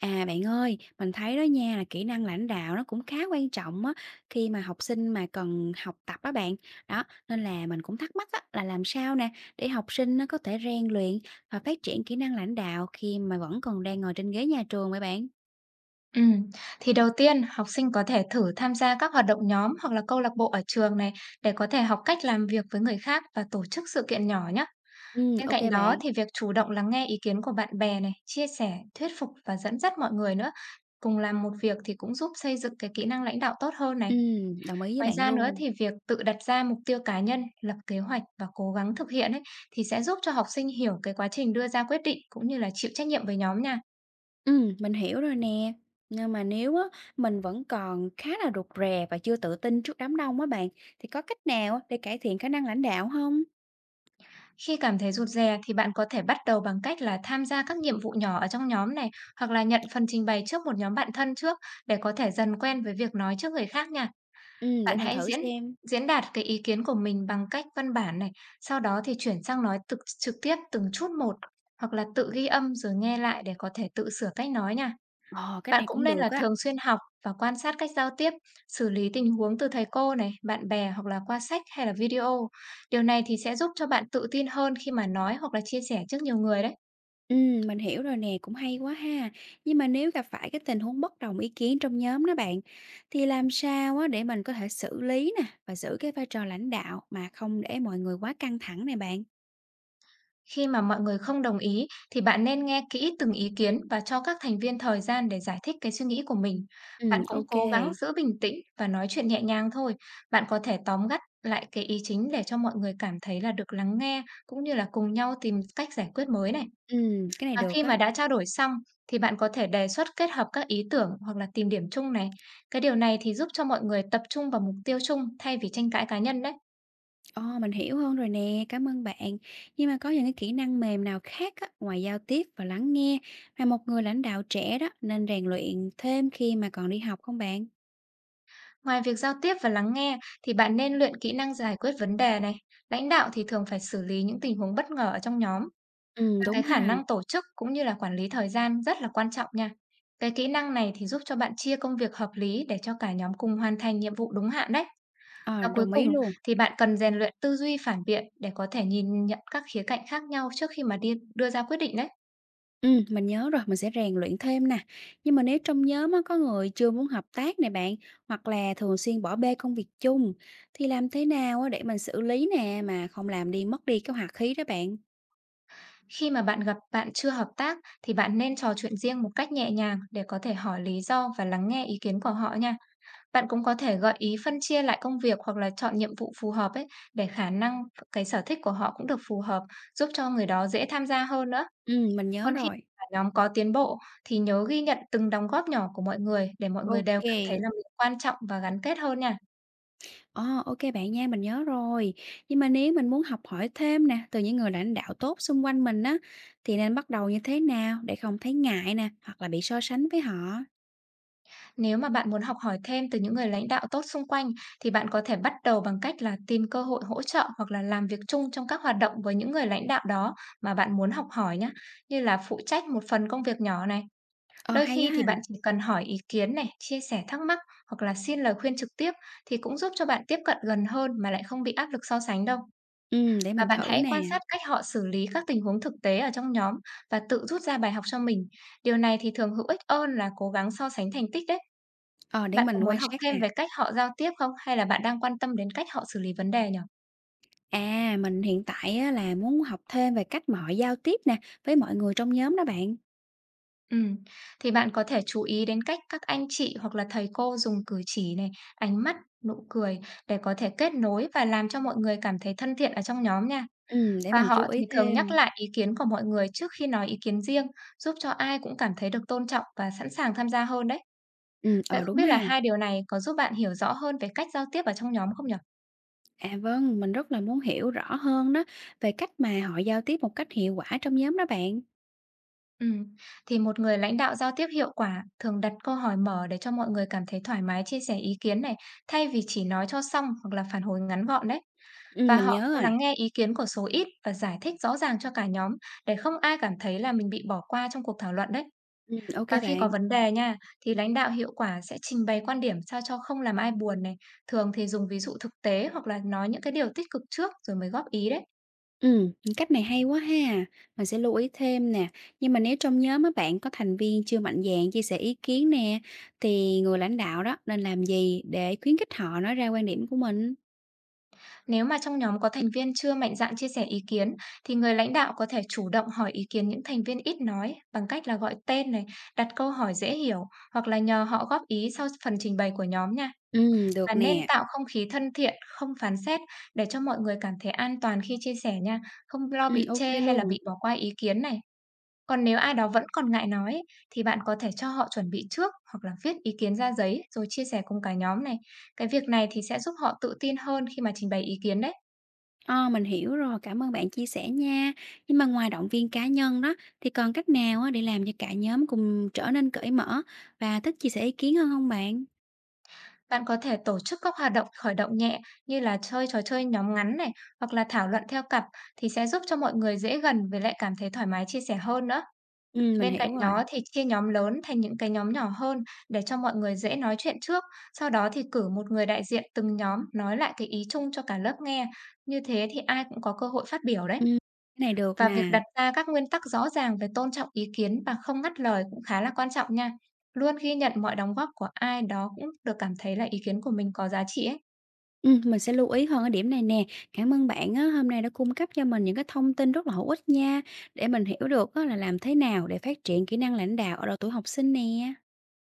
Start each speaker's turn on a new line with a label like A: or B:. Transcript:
A: À, bạn ơi, mình thấy đó nha là kỹ năng lãnh đạo nó cũng khá quan trọng á, khi mà học sinh mà cần học tập á bạn. Đó, nên là mình cũng thắc mắc á, là làm sao nè để học sinh nó có thể rèn luyện và phát triển kỹ năng lãnh đạo khi mà vẫn còn đang ngồi trên ghế nhà trường vậy bạn?
B: Ừm, thì đầu tiên học sinh có thể thử tham gia các hoạt động nhóm hoặc là câu lạc bộ ở trường này để có thể học cách làm việc với người khác và tổ chức sự kiện nhỏ nhé.
A: Ừ,
B: Bên
A: ok
B: cạnh đó
A: bạn.
B: thì việc chủ động lắng nghe ý kiến của bạn bè này, chia sẻ, thuyết phục và dẫn dắt mọi người nữa, cùng làm một việc thì cũng giúp xây dựng cái kỹ năng lãnh đạo tốt hơn này.
A: Đồng ý với
B: Ngoài
A: bạn
B: ra nữa
A: luôn.
B: thì việc tự đặt ra mục tiêu cá nhân, lập kế hoạch và cố gắng thực hiện ấy thì sẽ giúp cho học sinh hiểu cái quá trình đưa ra quyết định cũng như là chịu trách nhiệm với nhóm nha.
A: Mình hiểu rồi nè. Nhưng mà nếu á, mình vẫn còn khá là rụt rè và chưa tự tin trước đám đông á bạn, thì có cách nào á để cải thiện khả năng lãnh đạo không?
B: Khi cảm thấy rụt rè thì bạn có thể bắt đầu bằng cách là tham gia các nhiệm vụ nhỏ ở trong nhóm này hoặc là nhận phần trình bày trước một nhóm bạn thân trước để có thể dần quen với việc nói trước người khác nha.
A: Để
B: Bạn
A: mình
B: hãy
A: thử
B: diễn
A: xem.
B: diễn đạt cái ý kiến của mình bằng cách văn bản này, sau đó thì chuyển sang nói trực tiếp từng chút một hoặc là tự ghi âm rồi nghe lại để có thể tự sửa cách nói nha.
A: Ờ, cách
B: Bạn
A: này
B: cũng
A: cũng
B: nên
A: được
B: là
A: á.
B: thường xuyên học và quan sát cách giao tiếp, xử lý tình huống từ thầy cô này, bạn bè hoặc là qua sách hay là video. Điều này thì sẽ giúp cho bạn tự tin hơn khi mà nói hoặc là chia sẻ trước nhiều người đấy.
A: Mình hiểu rồi nè, cũng hay quá ha. Nhưng mà nếu gặp phải cái tình huống bất đồng ý kiến trong nhóm đó bạn, thì làm sao á để mình có thể xử lý nè và giữ cái vai trò lãnh đạo mà không để mọi người quá căng thẳng này bạn?
B: Khi mà mọi người không đồng ý thì bạn nên nghe kỹ từng ý kiến và cho các thành viên thời gian để giải thích cái suy nghĩ của mình. Bạn cũng
A: Ok.
B: cố gắng giữ bình tĩnh và nói chuyện nhẹ nhàng thôi. Bạn có thể tóm gắt lại cái ý chính để cho mọi người cảm thấy là được lắng nghe cũng như là cùng nhau tìm cách giải quyết mới này.
A: Cái này
B: Và
A: được
B: khi mà
A: á.
B: đã trao đổi xong thì bạn có thể đề xuất kết hợp các ý tưởng hoặc là tìm điểm chung này. Cái điều này thì giúp cho mọi người tập trung vào mục tiêu chung thay vì tranh cãi cá nhân đấy.
A: Ồ, mình hiểu hơn rồi nè, cảm ơn bạn. Nhưng mà có những cái kỹ năng mềm nào khác á, ngoài giao tiếp và lắng nghe mà một người lãnh đạo trẻ đó nên rèn luyện thêm khi mà còn đi học không bạn?
B: Ngoài việc giao tiếp và lắng nghe thì bạn nên luyện kỹ năng giải quyết vấn đề này. Lãnh đạo thì thường phải xử lý những tình huống bất ngờ ở trong nhóm
A: Ừ,
B: và cái
A: đúng
B: khả
A: ha.
B: năng tổ chức cũng như là quản lý thời gian rất là quan trọng nha. Cái kỹ năng này thì giúp cho bạn chia công việc hợp lý để cho cả nhóm cùng hoàn thành nhiệm vụ đúng hạn đấy. Và
A: Ờ,
B: cuối
A: đồng
B: cùng
A: ý luôn.
B: thì bạn cần rèn luyện tư duy phản biện để có thể nhìn nhận các khía cạnh khác nhau trước khi mà đi đưa ra quyết định đấy.
A: Mình nhớ rồi, mình sẽ rèn luyện thêm nè. Nhưng mà nếu trong nhóm á, có người chưa muốn hợp tác nè bạn, hoặc là thường xuyên bỏ bê công việc chung, thì làm thế nào á, để mình xử lý nè mà không làm mất đi cái hòa khí đó bạn?
B: Khi mà bạn gặp bạn chưa hợp tác thì bạn nên trò chuyện riêng một cách nhẹ nhàng để có thể hỏi lý do và lắng nghe ý kiến của họ nha. Bạn cũng có thể gợi ý phân chia lại công việc hoặc là chọn nhiệm vụ phù hợp ấy để khả năng cái sở thích của họ cũng được phù hợp, giúp cho người đó dễ tham gia hơn nữa.
A: Mình nhớ
B: Còn khi
A: rồi.
B: cả nhóm có tiến bộ thì nhớ ghi nhận từng đóng góp nhỏ của mọi người để mọi người đều
A: Ok,
B: cảm thấy là mình quan trọng và gắn kết hơn nha.
A: Ồ, ok bạn nha, mình nhớ rồi. Nhưng mà nếu mình muốn học hỏi thêm nè, từ những người lãnh đạo tốt xung quanh mình á, thì nên bắt đầu như thế nào để không thấy ngại nè, hoặc là bị so sánh với họ?
B: Nếu mà bạn muốn học hỏi thêm từ những người lãnh đạo tốt xung quanh thì bạn có thể bắt đầu bằng cách là tìm cơ hội hỗ trợ hoặc là làm việc chung trong các hoạt động với những người lãnh đạo đó mà bạn muốn học hỏi nhé, như là phụ trách một phần công việc nhỏ này.
A: Ờ,
B: Đôi
A: hay đó
B: khi thì
A: ha.
B: bạn chỉ cần hỏi ý kiến này, chia sẻ thắc mắc hoặc là xin lời khuyên trực tiếp thì cũng giúp cho bạn tiếp cận gần hơn mà lại không bị áp lực so sánh đâu.
A: Để
B: Và
A: mình
B: bạn
A: thử
B: hãy
A: nè.
B: quan sát cách họ xử lý các tình huống thực tế ở trong nhóm và tự rút ra bài học cho mình. Điều này thì thường hữu ích hơn là cố gắng so sánh thành tích đấy.
A: Ờ, để
B: Bạn có
A: mình
B: muốn
A: quan
B: học
A: sát
B: thêm
A: nè.
B: về cách họ giao tiếp không? Hay là bạn đang quan tâm đến cách họ xử lý vấn đề nhỉ?
A: À, mình hiện tại á, là muốn học thêm về cách mà họ giao tiếp nè, với mọi người trong nhóm đó bạn.
B: Ừ, thì bạn có thể chú ý đến cách các anh chị hoặc là thầy cô dùng cử chỉ này, ánh mắt, nụ cười để có thể kết nối và làm cho mọi người cảm thấy thân thiện ở trong nhóm nha.
A: Để
B: Và
A: mình chú
B: họ
A: ý
B: thì thường nhắc
A: thêm.
B: lại ý kiến của mọi người trước khi nói ý kiến riêng, giúp cho ai cũng cảm thấy được tôn trọng và sẵn sàng tham gia hơn đấy. Vậy
A: Ờ,
B: không
A: đúng
B: biết là
A: ha.
B: hai điều này có giúp bạn hiểu rõ hơn về cách giao tiếp ở trong nhóm không nhỉ?
A: À vâng, mình rất là muốn hiểu rõ hơn đó về cách mà họ giao tiếp một cách hiệu quả trong nhóm đó bạn.
B: Ừm, thì một người lãnh đạo giao tiếp hiệu quả thường đặt câu hỏi mở để cho mọi người cảm thấy thoải mái chia sẻ ý kiến này, thay vì chỉ nói cho xong hoặc là phản hồi ngắn gọn đấy. Và
A: Mình
B: họ
A: nhớ
B: cũng
A: rồi.
B: lắng nghe ý kiến của số ít và giải thích rõ ràng cho cả nhóm để không ai cảm thấy là mình bị bỏ qua trong cuộc thảo luận đấy.
A: Ok
B: Và khi có
A: bạn.
B: vấn đề nha, thì lãnh đạo hiệu quả sẽ trình bày quan điểm sao cho không làm ai buồn này. Thường thì dùng ví dụ thực tế hoặc là nói những cái điều tích cực trước rồi mới góp ý đấy.
A: Ừm, cách này hay quá ha. Mình sẽ lưu ý thêm nè. Nhưng mà nếu trong nhóm á bạn có thành viên chưa mạnh dạn chia sẻ ý kiến nè, thì người lãnh đạo đó nên làm gì để khuyến khích họ nói ra quan điểm của mình?
B: Nếu mà trong nhóm có thành viên chưa mạnh dạn chia sẻ ý kiến thì người lãnh đạo có thể chủ động hỏi ý kiến những thành viên ít nói bằng cách là gọi tên này, đặt câu hỏi dễ hiểu hoặc là nhờ họ góp ý sau phần trình bày của nhóm nha. Và
A: Được
B: nên
A: nè.
B: tạo không khí thân thiện, không phán xét để cho mọi người cảm thấy an toàn khi chia sẻ nha, không lo bị
A: Ô
B: chê hay là
A: luôn.
B: bị bỏ qua ý kiến này. Còn nếu ai đó vẫn còn ngại nói ấy, thì bạn có thể cho họ chuẩn bị trước hoặc là viết ý kiến ra giấy rồi chia sẻ cùng cả nhóm này. Cái việc này thì sẽ giúp họ tự tin hơn khi mà trình bày ý kiến đấy.
A: Ờ, mình hiểu rồi, cảm ơn bạn chia sẻ nha. Nhưng mà ngoài động viên cá nhân đó, thì còn cách nào á để làm cho cả nhóm cùng trở nên cởi mở và thích chia sẻ ý kiến hơn không bạn?
B: Bạn có thể tổ chức các hoạt động khởi động nhẹ như là chơi trò chơi nhóm ngắn này hoặc là thảo luận theo cặp thì sẽ giúp cho mọi người dễ gần với lại cảm thấy thoải mái chia sẻ hơn nữa.
A: Mình
B: Bên cạnh
A: hiểu
B: đó
A: rồi.
B: thì chia nhóm lớn thành những cái nhóm nhỏ hơn để cho mọi người dễ nói chuyện trước. Sau đó thì cử một người đại diện từng nhóm nói lại cái ý chung cho cả lớp nghe. Như thế thì ai cũng có cơ hội phát biểu đấy.
A: Ừm, cái này được
B: Và việc
A: nè.
B: đặt ra các nguyên tắc rõ ràng về tôn trọng ý kiến và không ngắt lời cũng khá là quan trọng nha. Luôn ghi nhận mọi đóng góp của ai đó cũng được cảm thấy là ý kiến của mình có giá trị ấy.
A: Mình sẽ lưu ý hơn ở điểm này nè. Cảm ơn bạn á, hôm nay đã cung cấp cho mình những cái thông tin rất là hữu ích nha, để mình hiểu được á là làm thế nào để phát triển kỹ năng lãnh đạo ở độ tuổi học sinh nè.